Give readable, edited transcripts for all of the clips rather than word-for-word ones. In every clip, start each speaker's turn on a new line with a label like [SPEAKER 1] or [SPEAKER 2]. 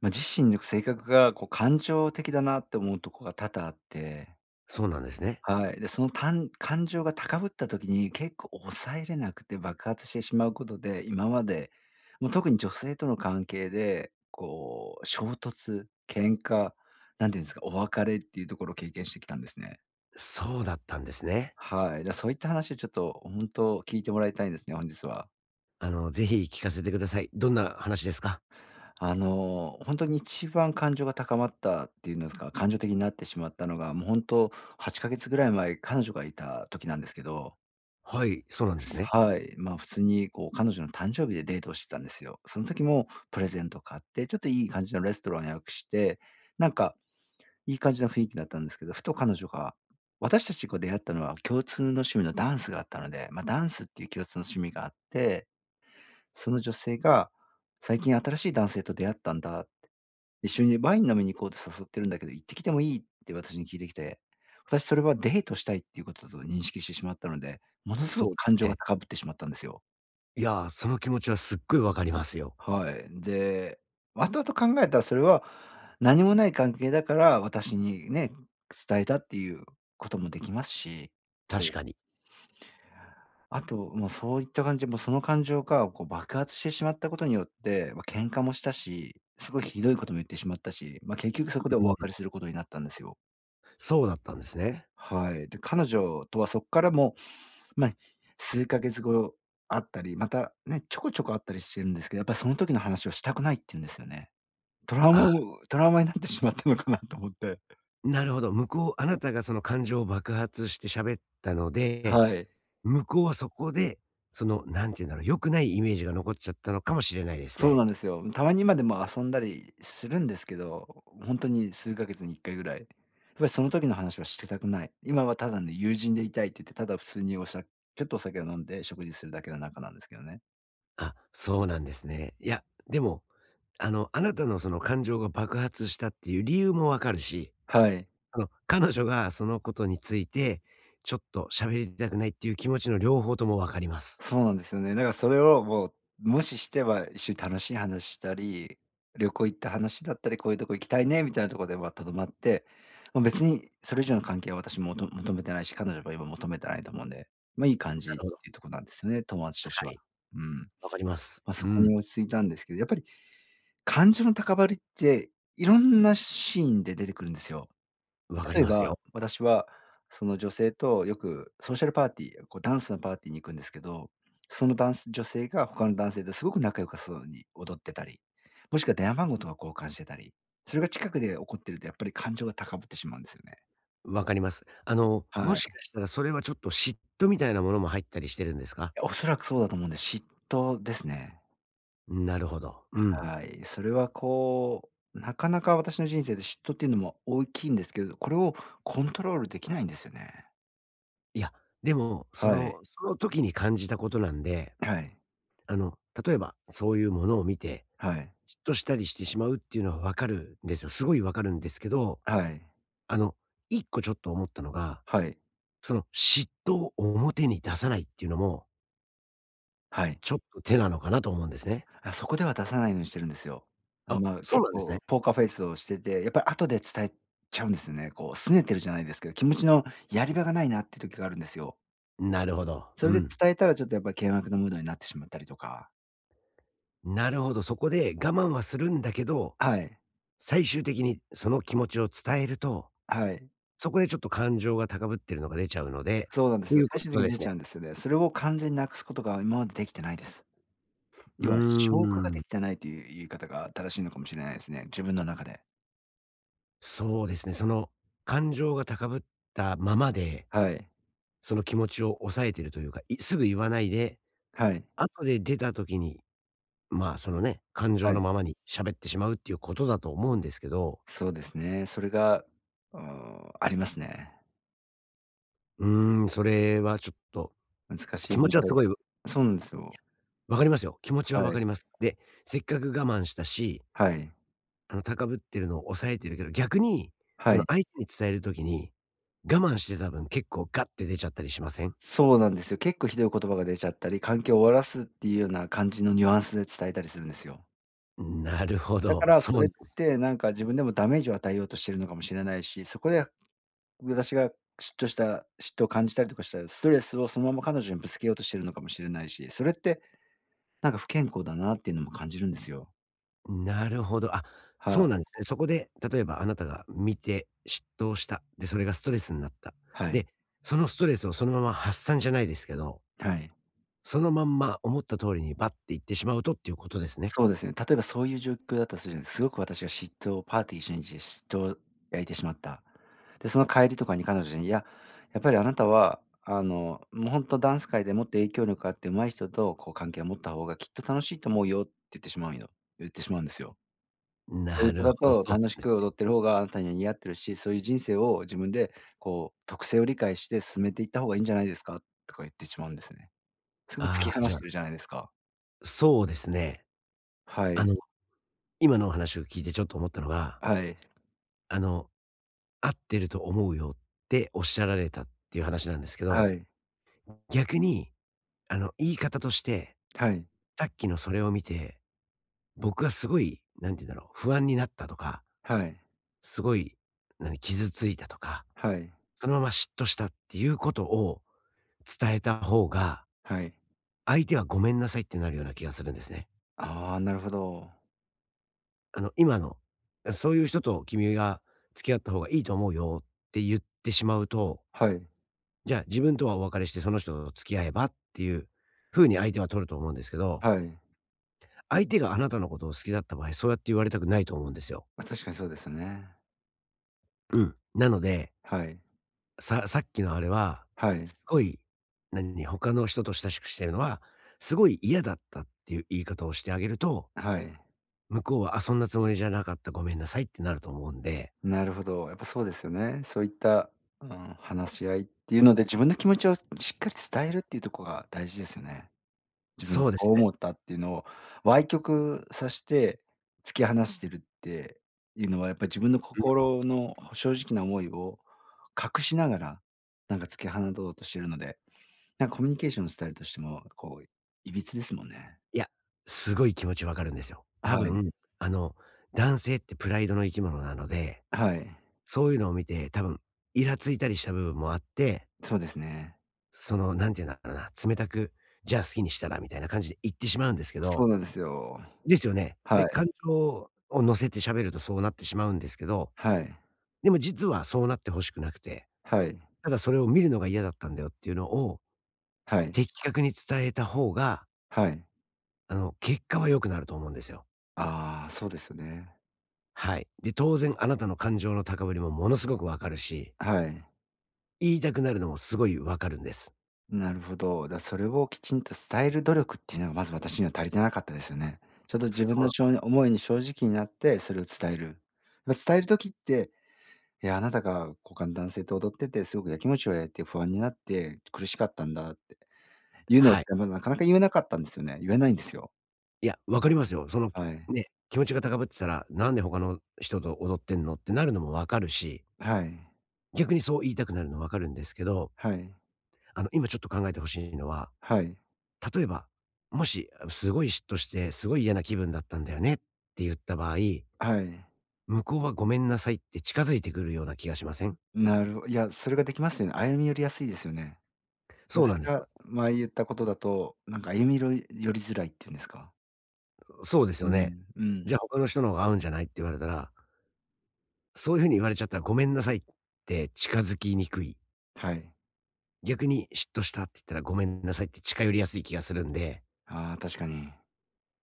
[SPEAKER 1] まあ、自身の性格がこう感情的だなって思うとこが多々あって、
[SPEAKER 2] そうなんですね。
[SPEAKER 1] はい。で、その感情が高ぶった時に結構抑えれなくて爆発してしまうことで、今まで、もう特に女性との関係で、こう衝突、喧嘩、なんていうんですか、お別れっていうところを経験してきたんですね。
[SPEAKER 2] そうだったんですね。
[SPEAKER 1] はい。そういった話をちょっと本当聞いてもらいたいんですね、本日は。
[SPEAKER 2] ぜひ聞かせてください。どんな話ですか？
[SPEAKER 1] ほんに一番感情が高まったっていうんですか、感情的になってしまったのが、もう本当と8か月ぐらい前、彼女がいた時なんですけど、
[SPEAKER 2] はい、そうなんですね。
[SPEAKER 1] はい、まあ、普通にこう彼女の誕生日でデートをしてたんですよ。その時もプレゼント買って、ちょっといい感じのレストランを予約して、なんかいい感じの雰囲気だったんですけど、ふと彼女が、私たちが出会ったのは共通の趣味のダンスがあったので、まあ、ダンスっていう共通の趣味があって、その女性が「最近新しい男性と出会ったんだ」っ一緒にワイン飲みに行こうって誘ってるんだけど、行ってきてもいいって私に聞いてきて、私それはデートしたいっていうことだと認識してしまったので、ものすご
[SPEAKER 2] そ
[SPEAKER 1] く
[SPEAKER 2] うで
[SPEAKER 1] 感情
[SPEAKER 2] す
[SPEAKER 1] が
[SPEAKER 2] ね。
[SPEAKER 1] 高ぶってしまったんですよ。
[SPEAKER 2] いやー、その気持ちはすっごいわかりますよ。
[SPEAKER 1] はい。で、後々考えたらそれは何もない関係だから、私にね、伝えたっていうこともできますし、
[SPEAKER 2] 確
[SPEAKER 1] こ
[SPEAKER 2] か
[SPEAKER 1] う、
[SPEAKER 2] に。
[SPEAKER 1] あと、もうそういった感じで、もうその感情がこう爆発してしまったことによって、まあ、喧嘩もしたし、すごいひどいことも言ってしまったし、まあ、結局そこで
[SPEAKER 2] う
[SPEAKER 1] お
[SPEAKER 2] ん、
[SPEAKER 1] 別れすることになったんですよ。
[SPEAKER 2] そうだったんですね。
[SPEAKER 1] はい。で、彼女とはそこからもまあ、数ヶ月後あったり、またね、ちょこちょこあったりしてるんですけど、やっぱりその時の話をしたくないって言うんですよね。トラウマを
[SPEAKER 2] あ、
[SPEAKER 1] トラウマになってしまったのかなと思って。
[SPEAKER 2] なるほど。向こうあなたがその感情を爆発して喋ったので、
[SPEAKER 1] はい。
[SPEAKER 2] 向こうはそこで、その、なんていうんだろう、良くないイメージが残っちゃったのかもしれないです
[SPEAKER 1] そう
[SPEAKER 2] ね。
[SPEAKER 1] なんですよ。たまに今でも遊んだりするんですけど、ほんとに数ヶ月に1回ぐらい。やっぱりその時の話はしてたくない。今はただの友人でいたいって言って、ただ普通にちょっとお酒を飲んで食事するだけの仲なんですけどね。
[SPEAKER 2] あ、そうなんですね。いや、でも、あなたのその感情が爆発したっていう理由もわかるし
[SPEAKER 1] はい。
[SPEAKER 2] 彼女がそのことについて、ちょっと喋りたくないっていう気持ちの両方ともわかります。
[SPEAKER 1] そうなんですよね。だからそれをもう無視しては、一緒に楽しい話したり、旅行行った話だったり、こういうとこ行きたいねみたいなところではとどまって、ま、別にそれ以上の関係は私もと求めてないし、彼女も今求めてないと思うんで、ま、いい感
[SPEAKER 2] な
[SPEAKER 1] じっ
[SPEAKER 2] る
[SPEAKER 1] て
[SPEAKER 2] ほど。
[SPEAKER 1] いうとこなんですよね、友達とし
[SPEAKER 2] は
[SPEAKER 1] ては。
[SPEAKER 2] い、
[SPEAKER 1] うん。
[SPEAKER 2] わかります。
[SPEAKER 1] まあ、そ
[SPEAKER 2] う
[SPEAKER 1] こ
[SPEAKER 2] ん、
[SPEAKER 1] に落ち着いたんですけど、やっぱり感情の高ぶりって、いろんなシーンで出てくるんですよ。
[SPEAKER 2] わかり
[SPEAKER 1] 例え
[SPEAKER 2] ます
[SPEAKER 1] ば、
[SPEAKER 2] よ。
[SPEAKER 1] 私は、その女性とよくソーシャルパーティー、こうダンスのパーティーに行くんですけど、そのダンス女性が他の男性とすごく仲良かそうに踊ってたり、もしくは電話番号とか交換してたり、それが近くで起こってるとやっぱり感情が高ぶってしまうんですよね。
[SPEAKER 2] わかります。も
[SPEAKER 1] はい。
[SPEAKER 2] しかしたらそれはちょっと嫉妬みたいなものも入ったりしてるんですか？
[SPEAKER 1] おそらくそうだと思うんで、嫉妬ですね。
[SPEAKER 2] なるほど。うん。
[SPEAKER 1] はい。それはこう、なかなか私の人生で嫉妬っていうのも大きいんですけど、これをコントロールできないんですよね。
[SPEAKER 2] いや、でも、そ
[SPEAKER 1] はい。
[SPEAKER 2] のその時に感じたことなんで、
[SPEAKER 1] はい。
[SPEAKER 2] あの、例えばそういうものを見て、
[SPEAKER 1] はい。
[SPEAKER 2] 嫉妬したりしてしまうっていうのはわかるんですよ。すごいわかるんですけど、
[SPEAKER 1] はい。
[SPEAKER 2] あの、一個ちょっと思ったのが
[SPEAKER 1] はい。
[SPEAKER 2] その嫉妬を表に出さないっていうのも、
[SPEAKER 1] はい。
[SPEAKER 2] ちょっと手なのかなと思うんですね。
[SPEAKER 1] あ、そこでは出さないようにしてるんですよ。
[SPEAKER 2] あ、
[SPEAKER 1] まあ、
[SPEAKER 2] そう
[SPEAKER 1] 結
[SPEAKER 2] なんですね。
[SPEAKER 1] 構ポーカーフェイスをしてて、やっぱり後で伝えちゃうんですよね。こう拗ねてるじゃないですけど、気持ちのやり場がないなっていう時があるんですよ。
[SPEAKER 2] なるほど。
[SPEAKER 1] そ
[SPEAKER 2] う
[SPEAKER 1] れで
[SPEAKER 2] ん。
[SPEAKER 1] 伝えたらちょっとやっぱり険悪なムードになってしまったりとか。
[SPEAKER 2] なるほど、そこで我慢はするんだけど、
[SPEAKER 1] はい。
[SPEAKER 2] 最終的にその気持ちを伝えると、
[SPEAKER 1] はい。
[SPEAKER 2] そこでちょっと感情が高ぶってるのが出ちゃうので、
[SPEAKER 1] そうなんで
[SPEAKER 2] と
[SPEAKER 1] す
[SPEAKER 2] い
[SPEAKER 1] よ。
[SPEAKER 2] うこ
[SPEAKER 1] 最終
[SPEAKER 2] と
[SPEAKER 1] 的に
[SPEAKER 2] で
[SPEAKER 1] 出
[SPEAKER 2] すね。
[SPEAKER 1] ちゃうんですよね。それを完全になくすことが今までできてないです。
[SPEAKER 2] うー
[SPEAKER 1] 要は消化が
[SPEAKER 2] ん、
[SPEAKER 1] できてないという言い方が正しいのかもしれないですね。自分の中で。
[SPEAKER 2] そうですね。その感情が高ぶったままで、
[SPEAKER 1] はい。
[SPEAKER 2] その気持ちを抑えてるというか、いすぐ言わないで、
[SPEAKER 1] はい。
[SPEAKER 2] 後で出た時にまあ、そのね、感情
[SPEAKER 1] はい。
[SPEAKER 2] のままに喋ってしまうっていうことだと思うんですけど、
[SPEAKER 1] そうですね。それが、うん、ありますね。
[SPEAKER 2] うーん、それはちょっと、
[SPEAKER 1] 難し
[SPEAKER 2] 気
[SPEAKER 1] い
[SPEAKER 2] 持
[SPEAKER 1] 問
[SPEAKER 2] ちはす
[SPEAKER 1] 題
[SPEAKER 2] ご
[SPEAKER 1] で
[SPEAKER 2] い
[SPEAKER 1] そうなんですよ。
[SPEAKER 2] わかりますよ。気持ち
[SPEAKER 1] は
[SPEAKER 2] はわか
[SPEAKER 1] い。
[SPEAKER 2] ります。で、せっかく我慢したし、
[SPEAKER 1] はい。
[SPEAKER 2] 高ぶってるのを抑えてるけど、逆に、そ
[SPEAKER 1] は
[SPEAKER 2] の
[SPEAKER 1] い。
[SPEAKER 2] 相手に伝えるときに、我慢してた分結構ガッて出ちゃったりしません？
[SPEAKER 1] そうなんですよ。結構ひどい言葉が出ちゃったり、環境を終わらすっていうような感じのニュアンスで伝えたりするんですよ。
[SPEAKER 2] なるほ
[SPEAKER 1] だか
[SPEAKER 2] ど、
[SPEAKER 1] らそ
[SPEAKER 2] そ
[SPEAKER 1] れっ
[SPEAKER 2] う、
[SPEAKER 1] てなんか自分でもダメージを与えようとしてるのかもしれないし、そこで私が嫉妬を感じたりとかしたら、ストレスをそのまま彼女にぶつけようとしてるのかもしれないし、それってなんか不健康だなっていうのも感じるんですよ。
[SPEAKER 2] なるほど。あ、
[SPEAKER 1] は
[SPEAKER 2] そうな
[SPEAKER 1] い。
[SPEAKER 2] んですね。そこで、例えばあなたが見て嫉妬をした。で、それがストレスになった。
[SPEAKER 1] はい。
[SPEAKER 2] で、そのストレスをそのまま発散じゃないですけど
[SPEAKER 1] はい。
[SPEAKER 2] そのまんま思った通りにバッて行ってしまうとっていうことですね。
[SPEAKER 1] そうですね。例えばそういう状況だったとするじゃないですかすごく私が嫉妬をパーティー一緒にして嫉妬を焼いてしまった。で、その帰りとかに彼女に、いや、やっぱりあなたは、あの、もう本当ダンス界でもっと影響力があって上手い人とこう関係を持った方がきっと楽しいと思うよって言ってしまうんですよ。そうい
[SPEAKER 2] な
[SPEAKER 1] う方
[SPEAKER 2] る
[SPEAKER 1] だ
[SPEAKER 2] ほど、そ
[SPEAKER 1] と
[SPEAKER 2] う
[SPEAKER 1] 楽
[SPEAKER 2] な
[SPEAKER 1] し
[SPEAKER 2] んです。
[SPEAKER 1] く踊ってる方があなたには似合ってるし、そういう人生を自分でこう特性を理解して進めていった方がいいんじゃないですかとか言ってしまうんですね。すぐ突
[SPEAKER 2] あ
[SPEAKER 1] き
[SPEAKER 2] あ、
[SPEAKER 1] 放
[SPEAKER 2] じゃ
[SPEAKER 1] し
[SPEAKER 2] あ、
[SPEAKER 1] てるじゃないですか。
[SPEAKER 2] そうですね。
[SPEAKER 1] は
[SPEAKER 2] あ
[SPEAKER 1] い。
[SPEAKER 2] の、今のお話を聞いてちょっと思ったのが、
[SPEAKER 1] はい。
[SPEAKER 2] あの、合ってると思うよっておっしゃられたっていう話なんですけど、
[SPEAKER 1] はい。
[SPEAKER 2] 逆に、あの、言い方として、
[SPEAKER 1] はい。
[SPEAKER 2] さっきのそれを見て、僕はすごい、なんて言うんだろう、不安になったとか、
[SPEAKER 1] はい。
[SPEAKER 2] すごい、何、傷ついたとか、
[SPEAKER 1] はい。
[SPEAKER 2] そのまま嫉妬したっていうことを伝えた方が
[SPEAKER 1] はい。
[SPEAKER 2] 相手はごめんなさいってなるような気がするんですね。
[SPEAKER 1] ああ、なるほど。
[SPEAKER 2] あの、今の、そういう人と君が付き合った方がいいと思うよって言ってしまうと、
[SPEAKER 1] はい。
[SPEAKER 2] じゃあ自分とはお別れしてその人と付き合えばっていう風に相手は取ると思うんですけど、
[SPEAKER 1] はい。
[SPEAKER 2] 相手があなたのことを好きだった場合、そうやって言われたくないと思うんですよ。
[SPEAKER 1] ま、確かにそうですよね。
[SPEAKER 2] うん。なので、
[SPEAKER 1] はい。
[SPEAKER 2] さっきのあれは、
[SPEAKER 1] はい。
[SPEAKER 2] すごい、何、他の人と親しくしてるのは、すごい嫌だったっていう言い方をしてあげると、
[SPEAKER 1] はい。
[SPEAKER 2] 向こうは、あ、そんなつもりじゃなかった、ごめんなさいってなると思うんで。
[SPEAKER 1] なるほど。やっぱそうですよね。そういった、うん、話し合いっていうので、自分の気持ちをしっかり伝えるっていうとこが大事ですよね。自分が
[SPEAKER 2] そうで
[SPEAKER 1] こ
[SPEAKER 2] す
[SPEAKER 1] う
[SPEAKER 2] ね。
[SPEAKER 1] 思ったっていうのを、歪曲さして、突き放してるっていうのは、やっぱり自分の
[SPEAKER 2] うん。
[SPEAKER 1] 心の正直な思いを隠しながら、なんか突き放とうとしてるのでなんかコミュニケーションのスタイルとしても、こう、歪ですもんね。
[SPEAKER 2] いや、すごい気持ちわかるんですよ。多
[SPEAKER 1] はい。
[SPEAKER 2] 分、あの、男性ってプライドの生き物なので、
[SPEAKER 1] はい。
[SPEAKER 2] そういうのを見て多分イラついたりした部分もあって、
[SPEAKER 1] そうですね。
[SPEAKER 2] その、なんて言うんだろうな、冷たく、じゃあ好きにしたらみたいな感じで言ってしまうんですけ
[SPEAKER 1] そ
[SPEAKER 2] ど
[SPEAKER 1] うなんですよ。
[SPEAKER 2] ですよね。で、
[SPEAKER 1] は
[SPEAKER 2] 感
[SPEAKER 1] い。
[SPEAKER 2] 情を乗せて喋るとそうなってしまうんですけど、
[SPEAKER 1] はい。
[SPEAKER 2] でも実はそうなって欲しくなくて、
[SPEAKER 1] はい。
[SPEAKER 2] ただそれを見るのが嫌だったんだよっていうのを
[SPEAKER 1] はい。
[SPEAKER 2] 的確に伝えた方が、
[SPEAKER 1] はい。
[SPEAKER 2] あの、結果は良くなると思うんですよ。
[SPEAKER 1] ああ、そうですよね。
[SPEAKER 2] はい。で、当然あなたの感情の高ぶりもものすごくわかるし、
[SPEAKER 1] はい。
[SPEAKER 2] 言いたくなるのもすごいわかるんです。
[SPEAKER 1] なるほど。それをきちんと伝える努力っていうのがまず私には足りてなかったですよね。ちょっと自分
[SPEAKER 2] そう
[SPEAKER 1] のしょう思いに正直になってそれを伝える。ま、伝える時って、いや、あなたが股間男性と踊っててすごくやきもちを焼いて不安になって苦しかったんだ言うのっ
[SPEAKER 2] はい。
[SPEAKER 1] て、ま、なかなか言えなかったんですよね。言えないんですよ。
[SPEAKER 2] いや、わかりますよ。その、
[SPEAKER 1] はい。
[SPEAKER 2] ね、気持ちが高ぶってたら、なんで他の人と踊ってんのってなるのもわかるし、
[SPEAKER 1] はい。
[SPEAKER 2] 逆にそう言いたくなるのわかるんですけど、
[SPEAKER 1] はい。
[SPEAKER 2] 今ちょっと考えてほしいのは、
[SPEAKER 1] はい。
[SPEAKER 2] 例えば、もし、すごい嫉妬して、すごい嫌な気分だったんだよねって言った場合、
[SPEAKER 1] はい。
[SPEAKER 2] 向こうはごめんなさいって近づいてくるような気がしません
[SPEAKER 1] なるほいや、それができますよね。歩み寄りやすいですよね。
[SPEAKER 2] そう
[SPEAKER 1] 私
[SPEAKER 2] なんですよ。
[SPEAKER 1] が前言ったことだと、なんか歩みろい寄りづらいっていうんですか。
[SPEAKER 2] そうです
[SPEAKER 1] う
[SPEAKER 2] よね。
[SPEAKER 1] ん、う
[SPEAKER 2] じゃ
[SPEAKER 1] ん。
[SPEAKER 2] あ他の人の方が合うんじゃないって言われたら、そういう風に言われちゃったらごめんなさいって近づきにくい。
[SPEAKER 1] はい。
[SPEAKER 2] 逆に嫉妬したって言ったらごめんなさいって近寄りやすい気がするんで、
[SPEAKER 1] ああ、確かに。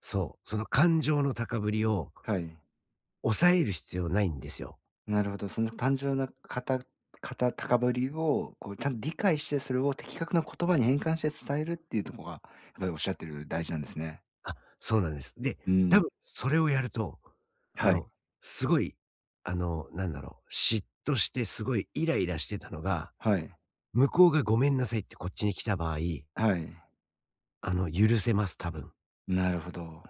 [SPEAKER 2] そう、その感情の高ぶりを
[SPEAKER 1] はい。
[SPEAKER 2] 抑える必要ないんですよ。
[SPEAKER 1] なるほど、その単純なかた高ぶりを、こうちゃんと理解して、それを的確な言葉に変換して伝えるっていうとこが、やっぱりおっしゃってるより大事なんですね。
[SPEAKER 2] あ、そうなんです。で、
[SPEAKER 1] う
[SPEAKER 2] 多
[SPEAKER 1] ん。
[SPEAKER 2] 分それをやると、あ
[SPEAKER 1] はい。
[SPEAKER 2] の、すごい、あの、なんだろう、嫉妬してすごいイライラしてたのが、
[SPEAKER 1] はい。
[SPEAKER 2] 向こうがごめんなさいってこっちに来た場合、
[SPEAKER 1] はい。
[SPEAKER 2] あの、許せます、多分。
[SPEAKER 1] なるほど。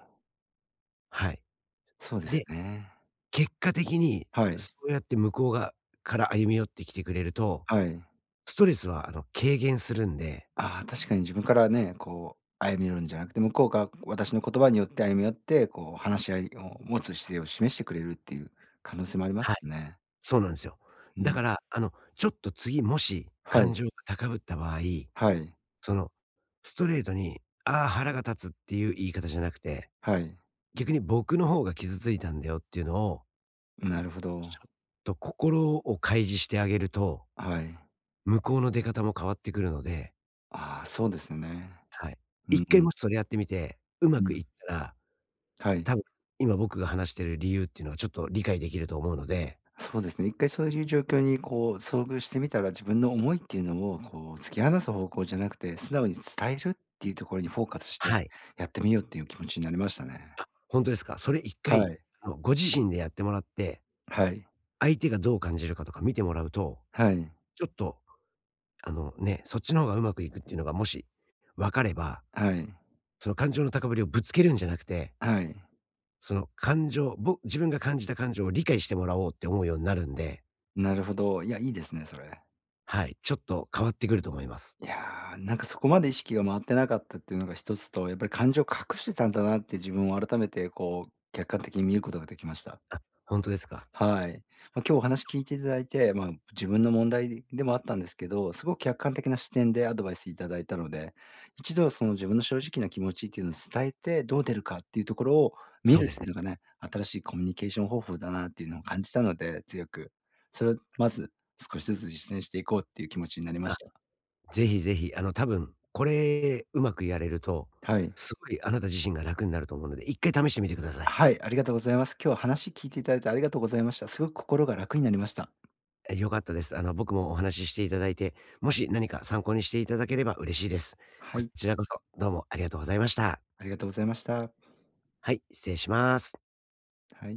[SPEAKER 2] はい。
[SPEAKER 1] そうです
[SPEAKER 2] で
[SPEAKER 1] ね。
[SPEAKER 2] 結果的に、
[SPEAKER 1] はい。
[SPEAKER 2] そうやって向こうがから歩み寄ってきてくれると、
[SPEAKER 1] はい。
[SPEAKER 2] ストレスはあの、軽減するんで
[SPEAKER 1] ああ、確かに自分からね、こう歩み寄るんじゃなくて、向こうが私の言葉によって歩み寄って、こう話し合いを持つ姿勢を示してくれるっていう可能性もあります
[SPEAKER 2] はい、
[SPEAKER 1] よね。
[SPEAKER 2] そうなんですよ。
[SPEAKER 1] う
[SPEAKER 2] だか
[SPEAKER 1] ん。
[SPEAKER 2] ら、ちょっと次もし
[SPEAKER 1] は
[SPEAKER 2] 感
[SPEAKER 1] い。
[SPEAKER 2] 情が高ぶった場合、
[SPEAKER 1] はい。
[SPEAKER 2] その、ストレートに、「ああ、腹が立つ」っていう言い方じゃなくて、
[SPEAKER 1] はい。
[SPEAKER 2] 逆に「僕の方が傷ついたんだよ」っていうのを、
[SPEAKER 1] なるほど。
[SPEAKER 2] ちょっと心を開示してあげると、
[SPEAKER 1] はい。
[SPEAKER 2] 向こうの出方も変わってくるので、
[SPEAKER 1] ああ、そうですね。
[SPEAKER 2] はい。
[SPEAKER 1] うん
[SPEAKER 2] 一
[SPEAKER 1] う
[SPEAKER 2] 回
[SPEAKER 1] ん。
[SPEAKER 2] もしそれやってみて、うま
[SPEAKER 1] う
[SPEAKER 2] く
[SPEAKER 1] ん。
[SPEAKER 2] いったら
[SPEAKER 1] はい。
[SPEAKER 2] 多分、今僕が話してる理由っていうのはちょっと理解できると思うので
[SPEAKER 1] そうですね。一回そういう状況にこう遭遇してみたら、自分の思いっていうのをこう突き放す方向じゃなくて、素直に伝えるっていうところにフォーカスして
[SPEAKER 2] はい。
[SPEAKER 1] やってみようっていう気持ちになりましたね。
[SPEAKER 2] ほんとですか。それ1
[SPEAKER 1] は
[SPEAKER 2] 回、
[SPEAKER 1] い。
[SPEAKER 2] ご自身でやってもらって、
[SPEAKER 1] はい。
[SPEAKER 2] 相手がどう感じるかとか見てもらうと、
[SPEAKER 1] はい。
[SPEAKER 2] ちょっと、ね、そっちの方がうまくいくっていうのがもし分かれば、
[SPEAKER 1] はい。
[SPEAKER 2] その感情の高ぶりをぶつけるんじゃなくて、
[SPEAKER 1] はい。
[SPEAKER 2] その感情ぼ自分が感じた感情を理解してもらおうって思うようになるんで、
[SPEAKER 1] なるほど。いや、いいですね、それ。
[SPEAKER 2] はい、ちょっと変わってくると思います。
[SPEAKER 1] いやー、なんかそこまで意識が回ってなかったっていうのが一つと、やっぱり感情を隠してたんだなって自分を改めてこう客観的に見ることができました。
[SPEAKER 2] あ、ほんとですか。
[SPEAKER 1] はい。まあ、今日お話聞いていただいて、まあ、自分の問題でもあったんですけど、すごく客観的な視点でアドバイスいただいたので、一度その自分の正直な気持ちっていうのを伝えて、どう出るかっていうところを見
[SPEAKER 2] そう
[SPEAKER 1] る
[SPEAKER 2] で
[SPEAKER 1] っ
[SPEAKER 2] す
[SPEAKER 1] て
[SPEAKER 2] ね。
[SPEAKER 1] いうのがね、新しいコミュニケーション方法だなっていうのを感じたので、強く。それをまず少しずつ実践していこうっていう気持ちになりました。
[SPEAKER 2] ぜひぜひ、多分、これうまくやれると、
[SPEAKER 1] はい。
[SPEAKER 2] すごいあなた自身が楽になると思うので、一回試してみてください。
[SPEAKER 1] はい、ありがとうございます。今日は話聞いていただいてありがとうございました。すごく心が楽になりました。
[SPEAKER 2] え、良かったです。僕もお話ししていただいて、もし何か参考にしていただければ嬉しいです。
[SPEAKER 1] は
[SPEAKER 2] こ
[SPEAKER 1] い、
[SPEAKER 2] ちらこそ、どうもありがとうございました。
[SPEAKER 1] ありがとうございました。
[SPEAKER 2] はい、失礼します。
[SPEAKER 1] はい。